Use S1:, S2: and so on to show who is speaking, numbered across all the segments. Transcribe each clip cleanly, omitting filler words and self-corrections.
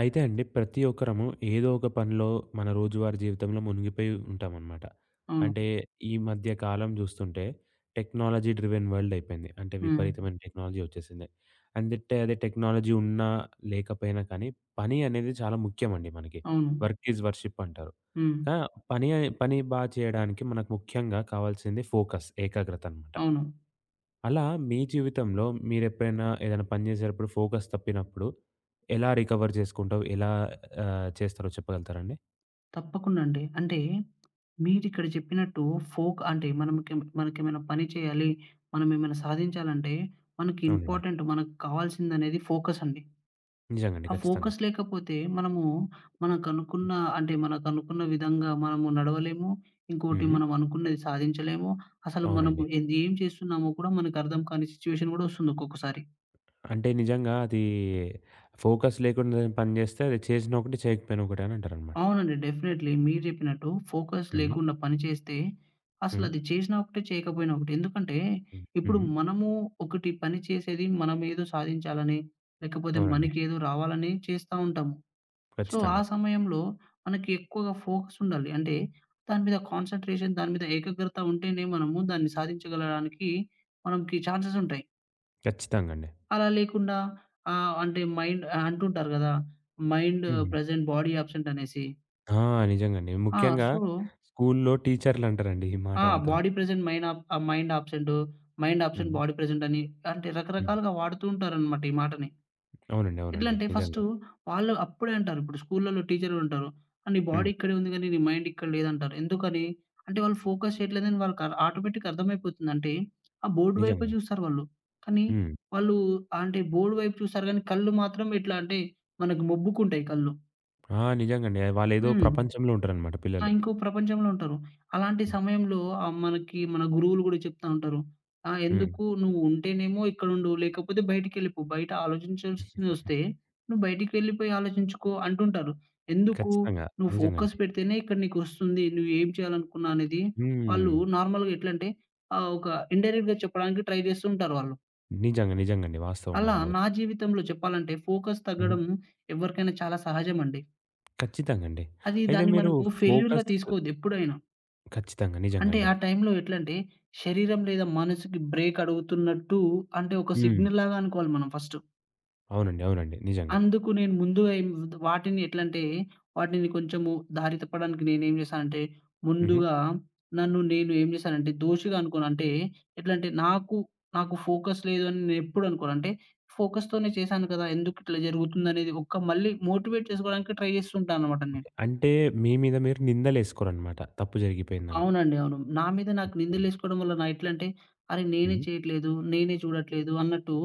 S1: అయితే అండి ప్రతి ఒక్కరము ఏదో ఒక పనిలో మన రోజువారీ జీవితంలో మునిగిపోయి ఉంటామన్నమాట.
S2: అవును.
S1: అంటే ఈ మధ్య కాలం చూస్తుంటే టెక్నాలజీ డ్రివెన్ వరల్డ్ అయిపోయింది. అంటే
S2: హ్మ్.
S1: విపరీతమైన టెక్నాలజీ వచ్చేసింది. అందుటే అదే టెక్నాలజీ ఉన్నా లేకపోయినా కానీ పని అనేది చాలా ముఖ్యమండి మనకి.
S2: అవును.
S1: వర్క్ ఈజ్ వర్షిప్ అంటారు.
S2: హ్మ్.
S1: ఆ! పని బా చేయడానికి మనకు ముఖ్యంగా కావాల్సింది ఫోకస్, ఏకాగ్రత అన్నమాట.
S2: అవును.
S1: అలా మీ జీవితంలో మీరెప్పుడైనా ఏదైనా పని చేసేటప్పుడు ఫోకస్ తప్పినప్పుడు ఎలా రికవర్ చేసుకుంటావు? ఎలా చేస్తారో చెప్పగలుగుతారండి?
S2: తప్పకుండా అండి. అంటే మీరిక్కడ చెప్పినట్టు ఫోక్ అంటే మనమికేం మనకేమైనా పని చేయాలి, మనమేమైనా సాధించాలంటే మనకి
S1: అవునండి.
S2: మనకు కావాల్సిందనేది ఫోకస్ అండి.
S1: నిజంగండి.
S2: ఆ
S1: ఖచ్చితంగా.
S2: ఫోకస్ లేకపోతే మనము మనకనుకున్న అంటే మనకనుకున్న విధంగా మనము నడవలేము. ఇంకోటి
S1: హ్మ్.
S2: మనం అనుకున్నది సాధించలేము. అసలు
S1: అవునండి.
S2: మనము ఏం చేస్తున్నామో కూడా మనకర్థం కాని సిచ్యువేషన్ గూడా ఒస్తుంది ఒక్కొక్కసారి.
S1: అంటే నిజంగా అది ఫోకస్ లేకుండా ఏదైనా పని చేస్తే అది చేసిన ఒకటి, చేయకపోయినా ఒకటి అని అంటారనమాట.
S2: అవునండి. డెఫినైట్‌లీ. మీరు జెప్పినట్టు ఫోకస్
S1: హ్మ్.
S2: లేకుండా పని చేస్తే,
S1: హ్మ్.
S2: అసలది చేసినా ఒకటే, చేయకపోయినా ఒకటే. ఎందుకంటే,
S1: హ్మ్.
S2: ఇప్పుడు
S1: హ్మ్.
S2: మనము ఒకటి పని చేసేది మనమేదో సాధించాలని, లేకపోతే
S1: అవునండి.
S2: మనకేదో రావాలని చేస్తా ఉంటాము. సో, ఆ
S1: ఖచ్చితంగా.
S2: సమయంలో మనకి ఎక్కువగా ఫోకస్ ఉండాలి. అంటే, దాని మీద కాన్సంట్రేషన్, దాని మీద ఏకాగ్రత ఉంటేనే మనము దాన్ని సాధించగలడానికి మనకి ఛాన్సెస్ ఉంటాయి.
S1: ఖచ్చితంగా అండి.
S2: అలా లేకుండా అంటే మైండ్ అంటుంటారు గదా! మైండ్
S1: హ్మ్.
S2: ప్రెజెంట్, బాడీ అబ్సెంట్ అనేసి.
S1: ఆ! నిజంగండి.
S2: ఆ!
S1: ముఖ్యంగా
S2: సో,
S1: స్కూల్లో టీచర్లు అంటారండి ఈ మాట
S2: ఆ!
S1: మాత్రం.
S2: బాడీ ప్రెజెంట్ మైన్ ఆబ్ ah, mind absent, mind absent
S1: hmm.
S2: Body present అని అంటే
S1: హ్మ్.
S2: రకరకాలుగా వాడుతూ ఉంటారనమాట ఈ మాటని.
S1: అవునండి. అవునండి.
S2: ఎట్లంటే ఫస్టు
S1: నిజంగా.
S2: వాళ్ళు అప్పుడే అంటారు. ఇప్పుడు స్కూల్‌లలో టీచర్‌లుంటారు. "ఆ! నీ బాడీ
S1: హ్మ్.
S2: ఇక్కడే ఉంది గానీ, నీ మైండ్ ఇక్కడ లేదంటారు." ఎందుకని? అంటే వాళ్ళు ఫోకస్ చేయట్లేదని వాళ్ళకి ఆటోమేటిక్‌గా అర్థమైపోతుంది. అంటే ఆ బోర్డ్ వైపే
S1: నిజంగండి.
S2: చూస్తారు వాళ్ళు. కానీ
S1: హ్మ్.
S2: వాళ్ళు అంటే బోర్డ్ వైపు చూస్తారు గానీ కళ్ళు మాత్రం ఎట్లా అంటే మనకు మొబ్బుకుంటాయి కళ్ళు.
S1: ఆ! నిజంగండి. వాళ్ళేదో
S2: హ్మ్.
S1: ప్రపంచంలో ఉంటారనమాట
S2: ఆ!
S1: పిల్లలు.
S2: ఇంకో ప్రపంచంలో ఉంటారు. అలాంటి
S1: హ్మ్.
S2: సమయంలో మనకి మన గురువులు గూడా చెప్తా ఉంటారు. "ఆ!
S1: హ్మ్.
S2: ఎందుకు నువ్వు ఉంటేనేమో ఇక్కడుండు. లేకపోతే బయటికెళ్ళిపో. బయట ఆలోచించాల్సినవొస్తే నువ్వు బయటికెళ్ళిపోయి ఆలోచించుకో" అంటుంటారు. ఎందుకు?
S1: ఖచ్చితంగా.
S2: నువ్వు ఫోకస్
S1: నిజంగండి.
S2: పెడితేనే ఇక్కడ నీకొస్తుంది. నువ్వు ఏం చేయాలనుకున్నా అనేది
S1: హ్మ్.
S2: వాళ్ళు నార్మల్‌గా ఎట్లంటే ఒక ఇండైరెక్ట్‌గా చెప్పడానికి ట్రై జేస్తూ ఉంటారు వాళ్ళు.
S1: నిజంగా. నిజంగండి. వాస్తవం
S2: అలా
S1: అది మాత్రం.
S2: నా జీవితంలో చెప్పాలంటే ఫోకస్
S1: హ్మ్.
S2: తగ్గడం ఎవరికైనా చాలా సహజమండి.
S1: ఖచ్చితంగండి. అయితే
S2: దాన్ని
S1: మీరు
S2: మనము ఫెయిల్యూర్‌గా
S1: ఫోకస్
S2: తీసుకోవద్దు ఎప్పుడైనా.
S1: ఖచ్చితంగా.
S2: అంటే
S1: నిజంగండి.
S2: ఆ టైంలో ఎట్లంటే, శరీరం లేదా మనసుకి బ్రేక్ అడుగుతున్నట్టు అంటే ఒక
S1: హ్మ్.
S2: సిగ్నల్ లాగా అనుకోవాలి మనం ఫస్టు.
S1: అవునండి. అవునండి. నిజంగా.
S2: అందుకు నేను ముందుగా ఏం వాటిని ఎట్లంటే, వాటిని కొంచెము దారి తప్పడానికి నేనేం చేశానంటే,
S1: హుహు.
S2: ముందుగా నన్ను నేను ఏం చేశానంటే దోషిగా అనుకోను. అంటే ఎట్లంటే నాకు, నాకు ఫోకస్ లేదు అని నేనెప్పుడు అనుకోను. అంటే ఫోకస్‌తోనే చేశాను కదా! ఎందుకిట్లా జరుగుతుందనేది ఒక్క మళ్ళీ మోటివేట్ చేసుకోవడానికి ట్రై చేస్తుంటాననమాట నేను.
S1: ఓకే. అంటే మీ మీద మీరు నిందలేసుకోరనమాట. తప్పు జరిగిపోయిందని.
S2: అవునండి. అవును. నా మీద నాకు
S1: ఖచ్చితంగా.
S2: నిందలేసుకోవడం వల్ల నా ఎట్లంటే, అరే! నేనే
S1: హ్మ్.
S2: చేయట్లేదు, నేనే చూడట్లేదు అన్నట్టు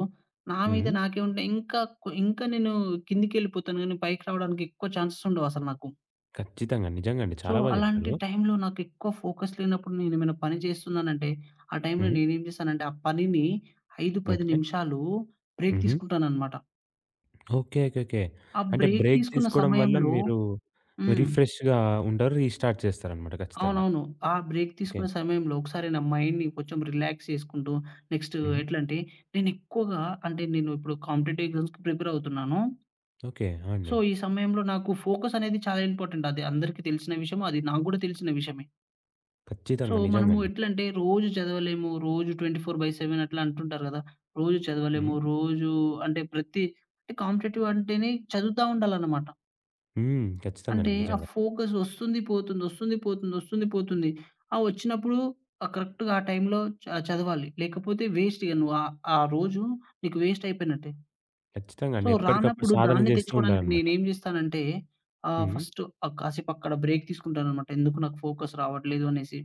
S2: నా మీద
S1: హ్మ్.
S2: నాకే ఉంటాయి. ఇంకా నేను కిందికెళ్ళిపోతాను గానీ, పైకి రావడానికి ఎక్కువ ఛాన్సెస్ ఉండవసలు నాకు.
S1: ఖచ్చితంగా. నిజంగండి.
S2: సో,
S1: చాలా బా
S2: అలాంటి
S1: జెప్పారు.
S2: టైంలో నాకెక్కువ ఫోకస్ లేనప్పుడు నేనేమైనా పని చేస్తున్నానంటే, ఆ టైంలో
S1: హ్మ్.
S2: నేనేం చేశానంటే, ఆ పనిని 5, 10
S1: ఓకే.
S2: నిమిషాలు బ్రేక్
S1: హుహు.
S2: తీసుకుంటాననమాట.
S1: ఓకే. ఓకే. ఓకే.
S2: ఆ
S1: అంటే
S2: బ్రేక్
S1: బ్రేక్
S2: తీసుకున్న
S1: తీసుకోవడం వల్ల
S2: సమయంలో
S1: మీరు
S2: హ్మ్.
S1: రిఫ్రెష్‌గా ఉంటారు. రీస్టార్ట్ చేస్తారనమాట ఖచ్చితంగా.
S2: అవునవును. ఆ బ్రేక్
S1: ఓకే.
S2: తీసుకునే సమయంలో ఒకసారి నా మైండ్‌ని కొంచెం రిలాక్స్ చేసుకుంటూ, నెక్స్ట్
S1: హుహు.
S2: ఎట్లంటే నేనెక్కువగా అంటే నేను ఇప్పుడు కాంపిటేటివ్ ఎగ్జామ్స్‌కి ప్రిపేర్ అవుతున్నాను.
S1: ఓకే. ఆ! అండి.
S2: సో, ఈ సమయంలో నాకు ఫోకస్ అనేది చాలా ఇంపార్టెంట్. అది అందరికీ తెలిసిన విషయం. అది నాకు గూడా తెలిసిన విషయమే. సో,
S1: ఖచ్చితంగా.
S2: మనము
S1: నిజంగండి.
S2: ఎట్లంటే రోజు చదవలేము. రోజు 24/7 అట్లా అంటుంటారు గదా! రోజు
S1: హ్మ్.
S2: చదవలేము. రోజు అంటే ప్రతి అంటే కాంపిటేటివ్ అంటేనే చదువుతా ఉండాలన్నమాట.
S1: హ్మ్. ఖచ్చితంగా
S2: అంటే
S1: అండి.
S2: ఆ
S1: నిజంగా.
S2: ఫోకస్ వస్తుంది, పోతుంది, వస్తుంది, పోతుంది, వస్తుంది, పోతుంది. ఆ వచ్చినప్పుడు కరెక్ట్‌గా ఆ టైంలో చదవాలి. లేకపోతే వేస్ట్ ఇగ నువ్వు ఆ రోజు నీకు వేస్ట్ అయిపోయినట్టే.
S1: ఖచ్చితంగా
S2: సో,
S1: అండి. ఎప్పటికప్పుడు
S2: రానప్పుడు
S1: సాధన
S2: దాన్ని
S1: చేస్తూ
S2: తెచ్చుకోవడానికి
S1: ఉండాలనమాట.
S2: నేనేం చేస్తానంటే
S1: హ్మ్.
S2: ఫస్ట్ కాసేపు అక్కడ బ్రేక్ తీసుకుంటాననమాట. ఎందుకు నాకు ఫోకస్ రావట్లేదు అనేసి.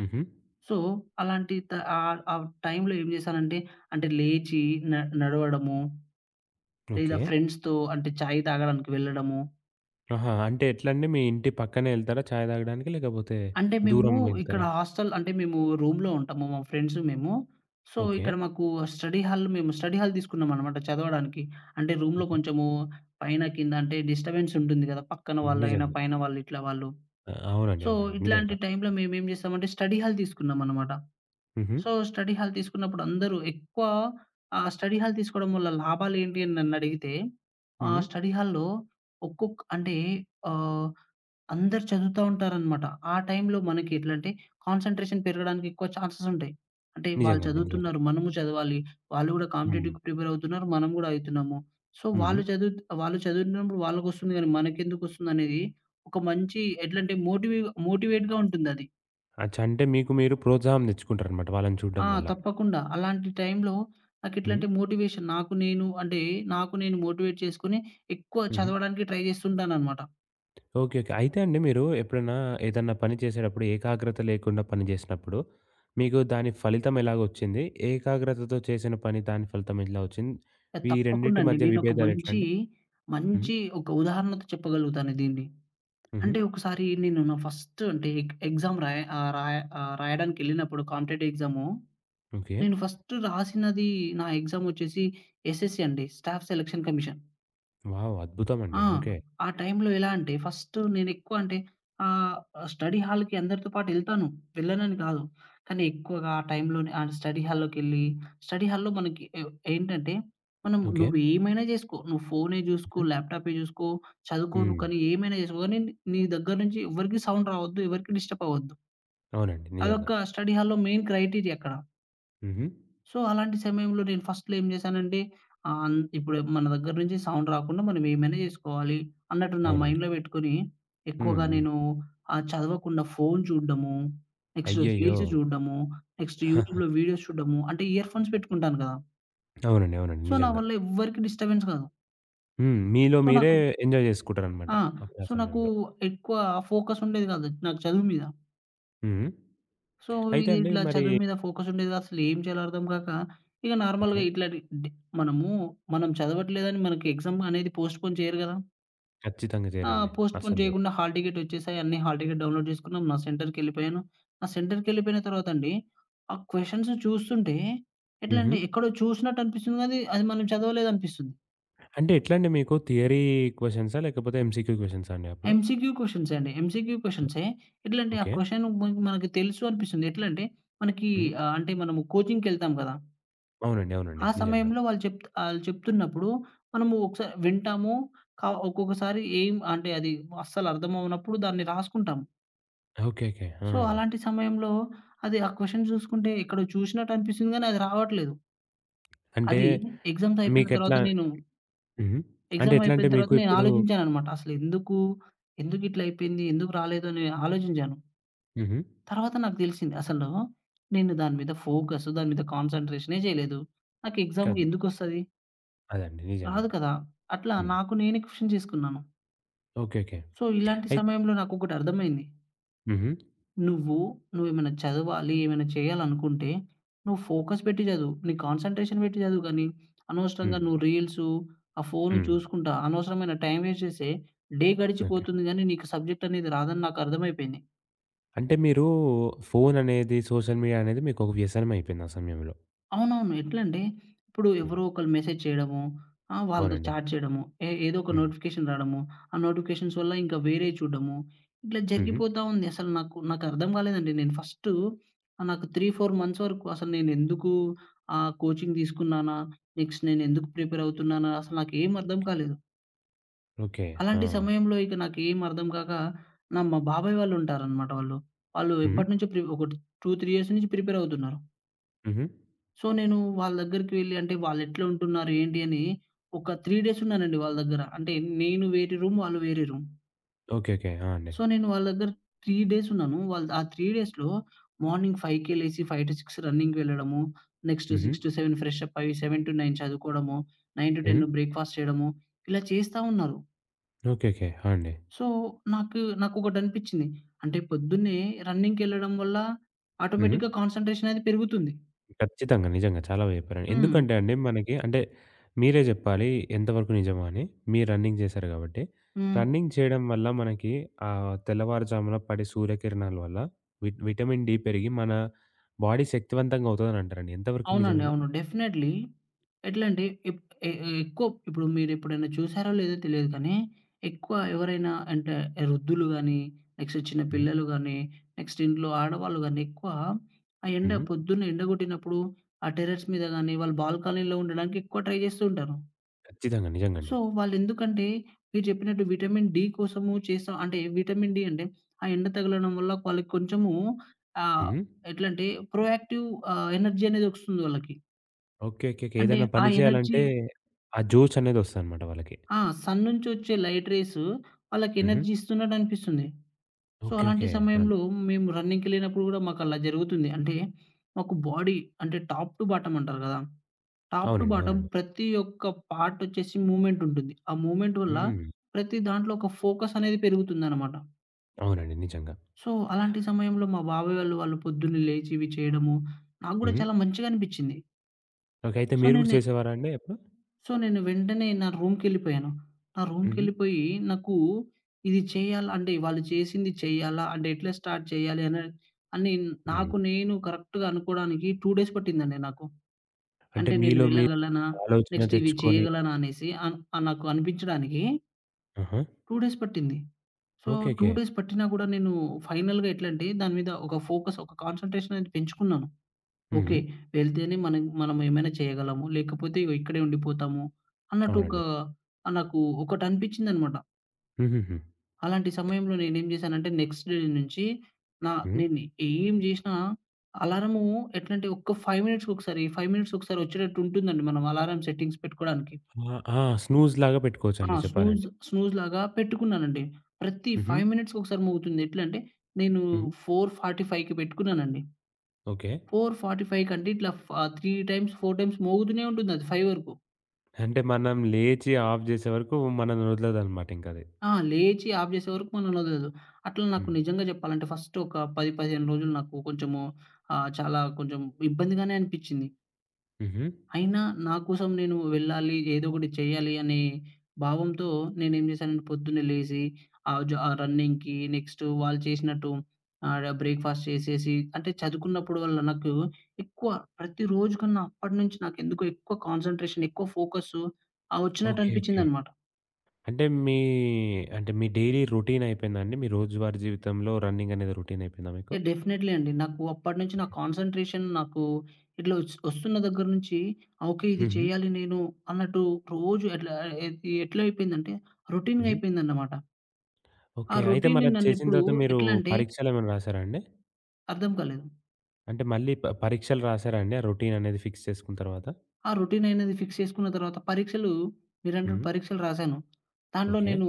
S1: హుహు.
S2: సో, అలాంటి ఆ టైంలో ఏం చేశానంటే, అంటే లేచి న నడవడము, లేదా
S1: ఓకే.
S2: ఫ్రెండ్స్‌తో అంటే చాయ్ తాగడానికి వెళ్ళడము.
S1: ఆహా! అంటే ఎట్లండి? మీ ఇంటి పక్కనే ఎళ్తారా చాయ్ తాగడానికి? లేకపోతే
S2: అంటే మేము
S1: దూరం
S2: ఇక్కడ
S1: వెళ్తారా?
S2: హాస్టల్ అంటే మేము రూమ్‌లో ఉంటాము. మా ఫ్రెండ్స్ మేము. So,
S1: okay.
S2: ఇక్కడ మాకు స్టడీ హాల్ మేము స్టడీ హాల్ తీసుకున్నామనమాట చదవడానికి. అంటే రూమ్‌లో
S1: ఆహా!
S2: కొంచెము పైన, కింద అంటే డిస్టర్బెన్స్ ఉంటుంది కదా! పక్కన వాళ్ళైనా,
S1: నిజంగా.
S2: పైన వాళ్ళు ఇట్లా వాళ్ళు.
S1: అవునండి.
S2: సో,
S1: అవునండి. నిజంగా.
S2: ఇట్లాంటి టైంలో మేమేం చేసామంటే స్టడీ హాల్ తీసుకున్నామనమాట.
S1: హుహు.
S2: సో, స్టడీ హాల్ తీసుకున్నప్పుడు అందరూ ఎక్కువ స్టడీ హాల్ తీసుకోవడం వల్ల లాభాలేంటి అని నన్నడిగితే
S1: హ్మ్.
S2: స్టడీ హాల్‌లో ఒక్కొక్క అంటే ఆహ్ అందరూ చదువుతా ఉంటారనమాట. ఆ టైంలో మనకి ఎట్లంటే, కాన్సంట్రేషన్ పెరగడానికి ఎక్కువ ఛాన్సెస్ ఉంటాయి. అంటే వాళ్ళు
S1: నిజంగా అండి. నిజంగా.
S2: చదువుతున్నారు, మనము చదవాలి. వాళ్ళు గూడా
S1: హ్మ్.
S2: కాంపిటేటివ్‌కి ప్రిపేర్ అవుతున్నారు, మనం గూడా అయితున్నాము. సో,
S1: హ్మ్.
S2: వాళ్ళు చదువుతున్నప్పుడు వాళ్ళకొస్తుంది గానీ, మనకెందుకొస్తుందనేది ఒక మంచి ఎట్లంటే మోటివేట్‌గా ఉంటుందది.
S1: అచ్చా! అంటే మీకు మీరు ప్రోత్సాహం తెచ్చుకుంటారనమాట వాళ్ళని చూడడం
S2: ఆ!
S1: వల్ల.
S2: తప్పకుండా. అలాంటి టైంలో
S1: హ్మ్.
S2: నాకెట్లంటే మోటివేషన్ నాకు నేను అంటే, నాకు నేను మోటివేట్ చేసుకొని ఎక్కువ
S1: హుహు.
S2: చదవడానికి ట్రై చేస్తుంటాననమాట.
S1: ఓకే. ఓకే. అయితే అండి మీరు ఎప్పుడైనా ఏదన్నా పని చేసేటప్పుడు ఏకాగ్రత లేకుండా పని చేసినప్పుడు, మీకు దాని ఫలితం ఎలాగొచ్చింది? ఏకాగ్రతతో చేసిన పని దాని ఫలితం ఎలా వచ్చింది?
S2: ఆ!
S1: ఈ
S2: తప్పకుండా
S1: రెండిటి
S2: అండి.
S1: మధ్య
S2: నేనొక
S1: విభేదాలు
S2: మంచి,
S1: ఎట్లండి? హ్మ్.
S2: మంచి ఒక ఉదాహరణతో చెప్పగలుగుతాను దీన్ని.
S1: హుహు.
S2: అంటే ఒకసారి నేను నా ఫస్ట్ అంటే ఎగ్జామ్ రాయడానికెళ్ళినప్పుడు కాంపిటేటివ్ ఎగ్జాము.
S1: ఓకే.
S2: నేను ఫస్ట్ రాసినది నా ఎగ్జామొచ్చేసి ఎస్ఎస్‌సి అండి. Staff selection commission.
S1: వావ్! అద్భుతమండి.
S2: ఆ!
S1: ఓకే.
S2: ఆ టైంలో ఎలా అంటే ఫస్ట్ నేనెక్కువ అంటే ఆహ్, స్టడీ హాల్‌కి అందరితో పాటు ఎళ్తాను. వెళ్ళనని కాదు. కానీ ఎక్కువగా ఆ టైంలోనే ఆ స్టడీ హాల్‌లోకెళ్ళి స్టడీ హాల్‌లో మనకి ఏంటంటే మనం
S1: ఓకే.
S2: నువ్వు ఏమైనా జేసుకో. నువ్వు ఫోనే జూసుకో,
S1: హుహు.
S2: ల్యాప్‌టాపే జూసుకో, చదువుకో నువ్వు
S1: హ్మ్.
S2: కానీ ఏమైనా జేసుకో గానీ నీ దగ్గర నుంచి ఎవరికీ సౌండ్ రావద్దు. ఎవరికీ డిస్టర్బ్ అవ్వద్దు.
S1: అవునండి. నిజంగా.
S2: అదొక స్టడీ హాల్‌లో మెయిన్ క్రైటీరియా అక్కడ.
S1: హుహు.
S2: సో, అలాంటి సమయంలో నేను ఫస్ట్‌లో ఏం జేశానంటే, ఆహ్, అన్ ఇప్పుడు మన దగ్గర నుంచి సౌండ్ రాకుండా మనం ఏమైనా జేసుకోవాలి అన్నట్టు నా
S1: అవునండి.
S2: మైండ్‌లో బెట్టుకొని,
S1: హ్మ్.
S2: ఎక్కువగా
S1: హ్మ్.
S2: నేను చదవకుండా ఫోను చూడడము, నెక్స్ట్
S1: అయ్యయ్యో!
S2: రీల్స్ చూడడము, నెక్స్ట్ యూట్యూబ్‌లో వీడియోస్ చూడడము, అంటే ఇయర్ ఫోన్స్ పెట్టుకుంటాను కదా!
S1: అవునండి. అవునండి.
S2: సో, నా
S1: నిజంగా.
S2: వల్ల ఎవ్వరికీ డిస్టర్బెన్స్ కాదు.
S1: హ్మ్. మీలో
S2: సో,
S1: మీరే
S2: నాకు
S1: ఎంజాయ్ జేసుకుంటారనమాట
S2: ఆ!
S1: అప్పుడు ఆ
S2: సో, నాకు
S1: సమయంలో.
S2: ఎక్కువ ఫోకస్ ఉండేది గాదు. నాకు చదువు మీద.
S1: హ్మ్.
S2: సో,
S1: అయితే
S2: ఇది
S1: అండి
S2: ఇట్లా
S1: మరి
S2: చదువు మీద ఫోకస్ ఉండేది. అసలేం చేయాలో అర్థం కాక, ఇక
S1: ఓకే.
S2: నార్మల్‌గా ఇట్లాంటి డి డి- మనము మనం చదవట్లేదని మనకి ఎగ్జామ్ అనేది పోస్ట్‌పోన్ చేయరు గదా!
S1: ఖచ్చితంగా
S2: ఆ!
S1: జేయరండి.
S2: పోస్ట్‌పోన్
S1: అస్సలు జేయరు.
S2: చేయకుండా హాల్ టికెట్ వచ్చేసాయి. అన్నీ హాల్ టికెట్ డౌన్‌లోడ్ చేసుకున్నాం. నా సెంటర్‌కెళ్ళిపోయాను. నా సెంటర్‌కెళ్ళిపోయిన తర్వాత అండి, ఆ క్వెషన్స్ చూస్తుంటే, ఎట్లా
S1: హుహు.
S2: అంటే ఎక్కడో చూసినట్టు అనిపిస్తుంది గానీ, అది మనం చదవలేదనిపిస్తుంది.
S1: అంటే ఎట్లా అండి మీకు థియరీ క్వెషన్సా? లేకపోతే ఎంసీక్యూ క్వెషన్సా అండి అప్పుడు?
S2: ఎంసీక్యూ క్వెషన్సే అండి. MCQ
S1: oh!
S2: క్వెషన్సే. ఎట్లంటే, ఆ
S1: ఓకే.
S2: క్వెషన్ మనకి తెలుసు అనిపిస్తుంది. ఎట్లంటే, మనకి
S1: హ్మ్.
S2: అంటే మనము కోచింగ్‌కెళ్తాం గదా!
S1: అవునండి. అవునండి.
S2: ఆ
S1: నిజంగా.
S2: సమయంలో వాళ్ళు చెప్త్ ఆళ్ళు చెప్తున్నప్పుడు మనము ఒకసారి వింటాము. క ఒక్కొక్కసారి ఏం అంటే అది అస్సలు అర్థమవ్వనప్పుడు దాన్ని రాసుకుంటాము.
S1: ఓకే. ఓకే. ఆ!
S2: సో, అలాంటి సమయంలో అది ఆ క్వెషన్ చూసుకుంటే ఎక్కడో చూసినట్టు అనిపిస్తుంది గానీ అది రావట్లేదు.
S1: అంటే
S2: అది ఎగ్జామ్స్ అయిపోయిన తర్వాత
S1: మీకెట్లా
S2: నేను
S1: హుహు. అంటే
S2: ఎగ్జామ్
S1: ఎట్లా అంటే
S2: అయిపోయిన
S1: మీకు
S2: తర్వాత నేను
S1: ఇప్పుడు
S2: ఆలోచించాననమాట. అసలు ఎందుకు, ఎందుకు ఇట్లా అయిపోయింది? ఎందుకు రాలేదు? అని ఆలోచించాను.
S1: హుహు.
S2: తర్వాత నాకు తెలిసింది అసలు నేను దాని మీద ఫోకస్, దాని మీద కాన్సంట్రేషనే చేయలేదు. నాకు ఎగ్జామ్
S1: కాద్
S2: ఎందుకొస్తది?
S1: అదండి. నిజంగా.
S2: రాదు కదా! అట్లా
S1: హ్మ్.
S2: నాకు నేనే క్వెషన్ చేసుకున్నాను.
S1: ఓకే. ఓకే.
S2: సో, ఇలాంటి
S1: అయిత్
S2: సమయంలో నాకొకటి అర్థమైంది.
S1: హుహు.
S2: నువ్వు, నువ్వేమైనా చదవాలి, ఏమైనా చేయాలనుకుంటే, నువ్వు ఫోకస్ పెట్టి చదువు. నీ కాన్సంట్రేషన్ పెట్టి చదువు గానీ,
S1: హ్మ్.
S2: అనవసరంగా నువ్వు రీల్సు, ఆ
S1: హ్మ్.
S2: ఫోను
S1: హ్మ్.
S2: చూసుకుంటా అనవసరమైన టైం వేస్ట్ చేస్తే డే
S1: ఓకే.
S2: గడిచిపోతుంది గానీ, నీకు సబ్జెక్ట్ అనేది రాదని నాకు అర్థమైపోయింది.
S1: అంటే మీరు ఫోను అనేది, సోషల్ మీడియా అనేది మీకొక వ్యసనం అయిపోయింది ఆ సమయంలో.
S2: అవునవును. ఎట్లంటే, ఇప్పుడు
S1: హ్మ్.
S2: ఎవరో ఒకళ్ళు మెసేజ్ చేయడము, వాళ్ళతో
S1: అవునండి.
S2: చాట్ చేయడము, ఏదో ఒక
S1: హ్మ్.
S2: నోటిఫికేషన్ రావడము, ఆ నోటిఫికేషన్స్ వల్ల ఇంకా వేరేయి చూడడము, ఇట్లా
S1: హుహు.
S2: జరిగిపోతా ఉంది. అసలు నాకు నాకర్థం కాలేదండి. నేను ఫస్టు నాకు 3, 4 మంత్స్ వరకు అసలు నేనెందుకు కోచింగ్ తీసుకున్నానా? నెక్స్ట్ నేనెందుకు ప్రిపేర్ అవుతున్నానా? అసలు నాకేం అర్థం
S1: ఓకే.
S2: కాలేదు.
S1: ఓకే. ఆ!
S2: అలాంటి సమయంలో ఇక నాకేం అర్థం కాక మా బాబాయ్ వాళ్ళుంటారనమాట వాళ్ళు. వాళ్ళు
S1: హ్మ్.
S2: ఎప్పటినుంచో ఒక 2, 3 ఇయర్స్ నుంచి ప్రిపేర్ అవుతున్నారు.
S1: హుహు.
S2: సో, నేను వాళ్ళ దగ్గరికి వెళ్లి అంటే వాళ్ళెట్లా ఉంటున్నారు ఏంటి అని ఒక 3 డేస్ ఉన్నానండి వాళ్ళ దగ్గర. అంటే నేను వేరే రూమ్, వాళ్ళు వేరే రూమ్.
S1: ఓకే. ఓకే. ఆ! అండి.
S2: సో, నేను వాళ్ళ దగ్గర 3 డేస్ ఉన్నాను. వాళ్ళు ఆ 3 డేస్‌లో మార్నింగ్ 5కే లేసి 5-6 రన్నింగ్‌కి వెళ్ళడము. నెక్స్ట్
S1: హుహు.
S2: 6-7 ఫ్రెషప్ అయ్యి 7-9 చదువుకోవడము.
S1: హ్మ్.
S2: 9-10 బ్రేక్‌ఫాస్ట్ చేయడము. ఇలా చేస్తా ఉన్నారు.
S1: ఓకే. ఓకే. ఆ! అండి.
S2: సో, నాకు నాకొకటనిపించింది. అంటే పొద్దున్నే రన్నింగ్‌కెళ్ళడం వల్ల
S1: హుహు.
S2: ఆటోమేటిక్‌గా కాన్సంట్రేషన్ అనేది పెరుగుతుంది.
S1: ఖచ్చితంగా. నిజంగా. చాలా బా చెప్పారండి.
S2: హ్మ్.
S1: ఎందుకంటే అండి మనకి అంటే మీరే జెప్పాలి ఎంతవరకు నిజమా అని. మీరు రన్నింగ్ జేశారు గాబట్టి.
S2: హ్మ్.
S1: రన్నింగ్ చేయడం వల్ల మనకి తెల్లవారుజామున పడే సూర్యకిరణాల వల్ల విటమిన్ డి పెరిగి మన బాడీ శక్తివంతంగా అవుతదని అంటారండి. ఎంతవరకు
S2: అవునండి.
S1: నిజమిది?
S2: అవును. డెఫినైట్‌లీ. ఎట్లంటే ఎప్ ఎ ఎ ఎక్కువ ఇప్పుడు మీరెప్పుడైనా చూసారో లేదో తెలియదు కానీ, ఎక్కువ ఎవరైనా అంటే వృద్ధులు గానీ, నెక్స్ట్ చిన్న
S1: హ్మ్.
S2: పిల్లలు గానీ, నెక్స్ట్ ఇంట్లో ఆడవాళ్ళు గానీ, ఎక్కువ ఆ ఎండ
S1: హ్మ్.
S2: పొద్దున్న ఎండ గొట్టినప్పుడు ఆ టెర్రస్ మీద గానీ, వాళ్ళు బాల్కనీలో ఉండడానికి ఎక్కువ ట్రై జేస్తూ ఉంటారు.
S1: ఖచ్చితంగా. నిజంగండి.
S2: సో, వాళ్ళెందుకంటే మీరు చెప్పినట్టు విటమిన్ డి కోసము చేస్తా అంటే విటమిన్ డి అంటే ఆ ఎండ తగలడం వల్ల వాళ్ళకి కొంచెము ఆహ్,
S1: హ్మ్.
S2: ఎట్లంటే ప్రొయాక్టివ్ ఎనర్జీ అనేది ఒస్తుంది వాళ్ళకి.
S1: ఓకే. ఓకే. ఓకే.
S2: అంటే
S1: ఏదైనా
S2: ఆ
S1: పని
S2: ఎనర్జీ
S1: చేయాలంటే ఆ జోషనేది ఒస్తదనమాట వాళ్ళకి.
S2: ఆ! సన్ నుంచొచ్చే లైట్ రేస్ వాళ్ళకి
S1: హుహు.
S2: ఎనర్జీ ఇస్తున్నట్టు అనిపిస్తుంది. So,
S1: okay.
S2: అలాంటి
S1: ఓకే. ఆ!
S2: సమయంలో మేము రన్నింగ్‌కెళ్ళినప్పుడు గూడా మాకలా జరుగుతుంది. అంటే మాకు బాడీ అంటే టాప్ టు బాటమ్ అంటారు గదా! టాప్ టు
S1: అవునండి.
S2: బాటమ్
S1: అవునండి.
S2: ప్రతి ఒక్క పార్ట్ వచ్చేసి మూవ్‌మెంట్ ఉంటుంది. ఆ మూవ్‌మెంట్ వల్ల
S1: హ్మ్.
S2: ప్రతి దాంట్లో ఒక ఫోకస్ అనేది పెరుగుతుందనమాట.
S1: అవునండి. నిజంగా.
S2: సో, అలాంటి సమయంలో మా బాబాయ్ వాళ్ళు, వాళ్ళు పొద్దున్నే లేచి ఇవి చేయడము నాకు గూడా
S1: హ్మ్.
S2: చాలా మంచిగా అనిపిచ్చింది.
S1: ఓకే. అయితే
S2: సో,
S1: మీరు గూడా
S2: నేను
S1: చేసేవారా అండి అప్పుడు?
S2: సో, నేను వెంటనే నా రూమ్‌కెళ్ళిపోయాను. నా
S1: హుహు.
S2: రూమ్‌కెళ్ళిపోయి నాకు ఇది చేయాలా అంటే వాళ్ళు చేసింది చేయాలా? అంటే ఎట్లా స్టార్ట్ చేయాలి? అనే అని
S1: హ్మ్.
S2: నాకు నేను కరెక్ట్‌గా అనుకోవడానికి 2 డేస్ పట్టిందండి నాకు.
S1: అంటే
S2: అంటే నేను
S1: మీలో మీరు
S2: వెళ్ళగలనా?
S1: ఆలోచన
S2: నెక్స్ట్ ఇవి
S1: తెచ్చుకొని
S2: చేయగలనా? అనేసి నాకు అనిపించడానికి
S1: ఆహా!
S2: 2 డేస్ పట్టింది. So,
S1: okay.
S2: 2
S1: ఓకే.
S2: డేస్ పట్టినా కూడా నేను ఫైనల్‌గా ఎట్లంటే దాని మీద ఒక ఫోకస్, ఒక కాన్సంట్రేషన్ అనేది పెంచుకున్నాను.
S1: హుహు.
S2: ఓకే. వెళ్తేనే మనం మనం ఏమైనా చేయగలము. లేకపోతే ఇగో ఇక్కడే ఉండిపోతాము అన్నట్టు ఒక
S1: అవునండి.
S2: నాకు ఒకటనిపించిందనమాట.
S1: హుహుహు.
S2: అలాంటి సమయంలో నేనేం జేశానంటే నెక్స్ట్ డే నుంచి నా
S1: హ్మ్.
S2: నేను ఏం జేసినా అలారము ఎట్లంటే ఒక్క 5 మినిట్స్‌కొకసారి, 5 మినిట్స్‌కొకసారి వచ్చేటట్టు ఉంటుందండి మనం అలారం సెట్టింగ్స్ పెట్టుకోవడానికి.
S1: ఆ! ఆ! స్నూజ్‌లాగా
S2: ఆ!
S1: పెట్టుకోవచ్చండి చెప్పాలంటే.
S2: స్నూజ్‌లాగా పెట్టుకున్నానండి. ప్రతి
S1: హుహు.
S2: 5 మినిట్స్‌కొకసారి మోగుతుంది. ఎట్లంటే నేను
S1: హుహు.
S2: 4:45కి పెట్టుకున్నానండి.
S1: ఓకే.
S2: 4:45 కంటే ఇట్లా 3 టైమ్స్, 4 టైమ్స్ మోగుతూనే ఉంటుందది 5 వరకు.
S1: అంటే మనం లేచి ఆఫ్ జేసే వరకు మనల్ని వదలదనమాట ఇంకది.
S2: ఆ! లేచి ఆఫ్ చేసే వరకు మనల్నొదలదు. అట్లా నాకు
S1: హ్మ్.
S2: నిజంగా చెప్పాలంటే ఫస్ట్ ఒక 10, 15 రోజులు నాకు కొంచెము చాలా కొంచెం ఇబ్బందిగానే అనిపిచ్చింది.
S1: హుహు.
S2: అయినా నా కోసం నేను వెళ్ళాలి. ఏదో ఒకటి చేయాలి అనే భావంతో నేనేం చేశానంటే పొద్దున్నే లేసి రన్నింగ్‌కి నెక్స్ట్ వాళ్ళు చేసినట్టు బ్రేక్‌ఫాస్ట్ చేసేసి అంటే చదువుకున్నప్పుడు వల్ల నాకు ఎక్కువ ప్రతిరోజు కన్నా అప్పటినుంచి నాకెందుకో ఎక్కువ కాన్సంట్రేషన్, ఎక్కువ ఫోకస్సు వచ్చినట్టు
S1: ఓకే. ఓకే.
S2: అనిపించిందనమాట.
S1: అంటే మీ అంటే మీ డైలీ రొటీన్ అయిపోయిందా అండి? మీ రోజువారీ జీవితంలో రన్నింగ్ అనేది రొటీన్ అయిపోయిందా మీకు?
S2: యాహ్! డెఫినైట్లీ అండి. నాకు అప్పటినుంచి నా
S1: ఓకే.
S2: కాన్సంట్రేషన్ నాకు ఇట్లా వస్తున్న దగ్గర నుంచి "ఆ, ఓకే. ఇది
S1: హుహు.
S2: చేయాలి నేను అన్నట్టు రోజు ఎట్లా ఎ ఎట్లా అయిపోయిందంటే రొటీన్‌గా
S1: హుహు.
S2: అయిపోయిందన్నమాట. ఆ
S1: ఓకే. అయితే
S2: రొటీన్
S1: మరది చేసిన
S2: నన్నిప్పుడు
S1: తర్వాత మీరు
S2: ఎట్లంటే
S1: పరీక్షలేమైనా రాసారా అండి?
S2: అర్థం కాలేదు.
S1: అంటే మళ్ళీ పరీక్షలు రాసారా అండి? ఆ రొటీన్ అనేది ఫిక్స్ చేసుకున్న తర్వాత?
S2: ఆ రొటీన్ అనేది ఫిక్స్ చేసుకున్న తర్వాత మీరన్నట్టు
S1: హ్మ్.
S2: పరీక్షలు రాశాను. దాంట్లో
S1: ఓకే.
S2: నేను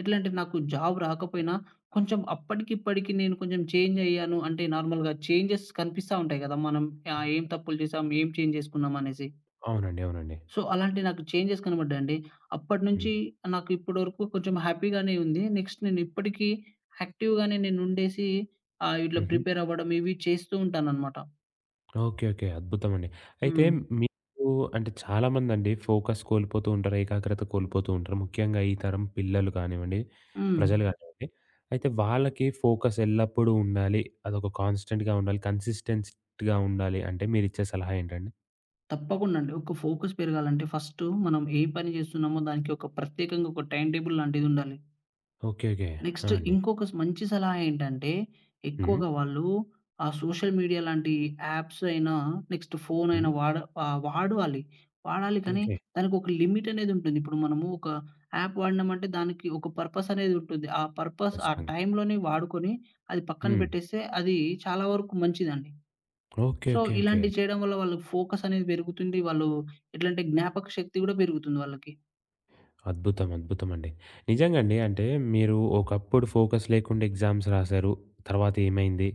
S2: ఎట్లంటే నాకు జాబ్ రాకపోయినా కొంచెం అప్పటికిప్పటికి నేను కొంచెం చేంజ్ అయ్యాను అంటే నార్మల్‌గా చేంజెస్ కనిపిస్తా ఉంటాయి కదా! మనం ఏం తప్పులు చేశాం? ఏం చేంజ్ చేసుకున్నాం? అనేసి.
S1: అవునండి. అవునండి.
S2: సో, అలాంటి నాకు చేంజెస్ కనపడ్డాయండి.
S1: హ్మ్.
S2: అప్పటినుంచి నాకు ఇప్పటివరకు కొంచెం హ్యాపీగానే ఉంది. నెక్స్ట్ నేను ఇప్పటికీ యాక్టివ్‌గానే నేనుండేసి ఇట్లా
S1: హుహు.
S2: ప్రిపేర్ అవ్వడం ఇవి చేస్తూ ఉంటాననమాట.
S1: ఓకే. ఓకే. అద్భుతమండి. అయితే
S2: హ్మ్.
S1: మీకు అంటే చాలామందండి ఫోకస్ కోల్పోతూ ఉంటారు, ఏకాగ్రత కోల్పోతూ ఉంటారు. ముఖ్యంగా ఈ తరం పిల్లలు కానివ్వండి,
S2: హ్మ్.
S1: ప్రజలు కానివ్వండి. అయితే వాళ్ళకి ఫోకస్ ఎల్లప్పుడూ ఉండాలి. అదొక కాన్స్టెంట్‌గా ఉండాలి. కన్సిస్టెంట్‌గా ఉండాలి. అంటే మీరిచ్చే సలహా ఏంటండి?
S2: తప్పకుండా అండి. ఒక ఫోకస్ పెరగాలంటే ఫస్టు మనం ఏ పని జేస్తున్నామో దానికి ఒక ప్రత్యేకంగా ఒక టైమ్ టేబుల్ లాంటిదుండాలి.
S1: ఓకే. ఓకే. ఆ!
S2: నెక్స్ట్
S1: అండి.
S2: ఇంకొక మంచి సలహా ఏంటంటే
S1: హ్మ్.
S2: ఎక్కువగా వాళ్ళు ఆ సోషల్ మీడియా లాంటి యాప్స్ అయినా, నెక్స్ట్ ఫోన్
S1: హ్మ్.
S2: అయినా వాడాలి. వాడాలి కానీ
S1: ఓకే.
S2: దానికొక లిమిట్ అనేదుంటుంది. ఇప్పుడు మనము ఒక యాప్ వాడినామంటే దానికి ఒక పర్పస్ అనేదుంటుంది. ఆ పర్పస్ ఆ
S1: ఖచ్చితంగా.
S2: టైమ్‌లోనే వాడుకొని అది పక్కన
S1: హ్మ్.
S2: పెట్టేస్తే అది చాలా వరకు మంచిదండి.
S1: ఓకే.
S2: So,
S1: okay. ఓకే.
S2: ఇలాంటివి చేయడం వల్ల వాళ్ళకి ఫోకస్ అనేది పెరుగుతుంది. వాళ్ళు ఎట్లంటే జ్ఞాపక శక్తి గూడా పెరుగుతుంది వాళ్ళకి.
S1: అద్భుతం. అద్భుతమండి. నిజంగండి. అంటే మీరు ఒకప్పుడు ఫోకస్ లేకుండా ఎగ్జామ్స్ రాసారు. తర్వాత ఏమైంది?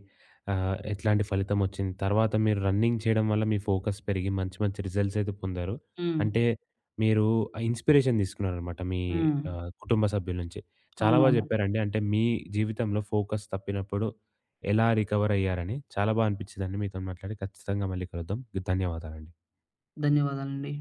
S1: ఎట్లాంటి ఫలితమొచ్చింది? తర్వాత మీరు రన్నింగ్ చేయడం వల్ల మీ ఫోకస్ పెరిగి మంచి మంచి రిజల్ట్స్ అయితే పొందారు.
S2: హ్మ్.
S1: అంటే మీరు ఆ ఇన్‌స్పిరేషన్ తీసుకున్నారనమాట మీ
S2: హ్మ్.
S1: కుటుంబ సభ్యుల నుంచి. చాలా బా
S2: అవునవును.
S1: చెప్పారండి. అంటే మీ జీవితంలో ఫోకస్ తప్పినప్పుడు ఎలా రికవర్ అయ్యారని చాలా బా అనిపించిందండి మీతోని మాట్లాడి. ఖచ్చితంగా మళ్ళీ కలుద్దాం. ధన్యవాదాలండి.
S2: ధన్యవాదాలండి.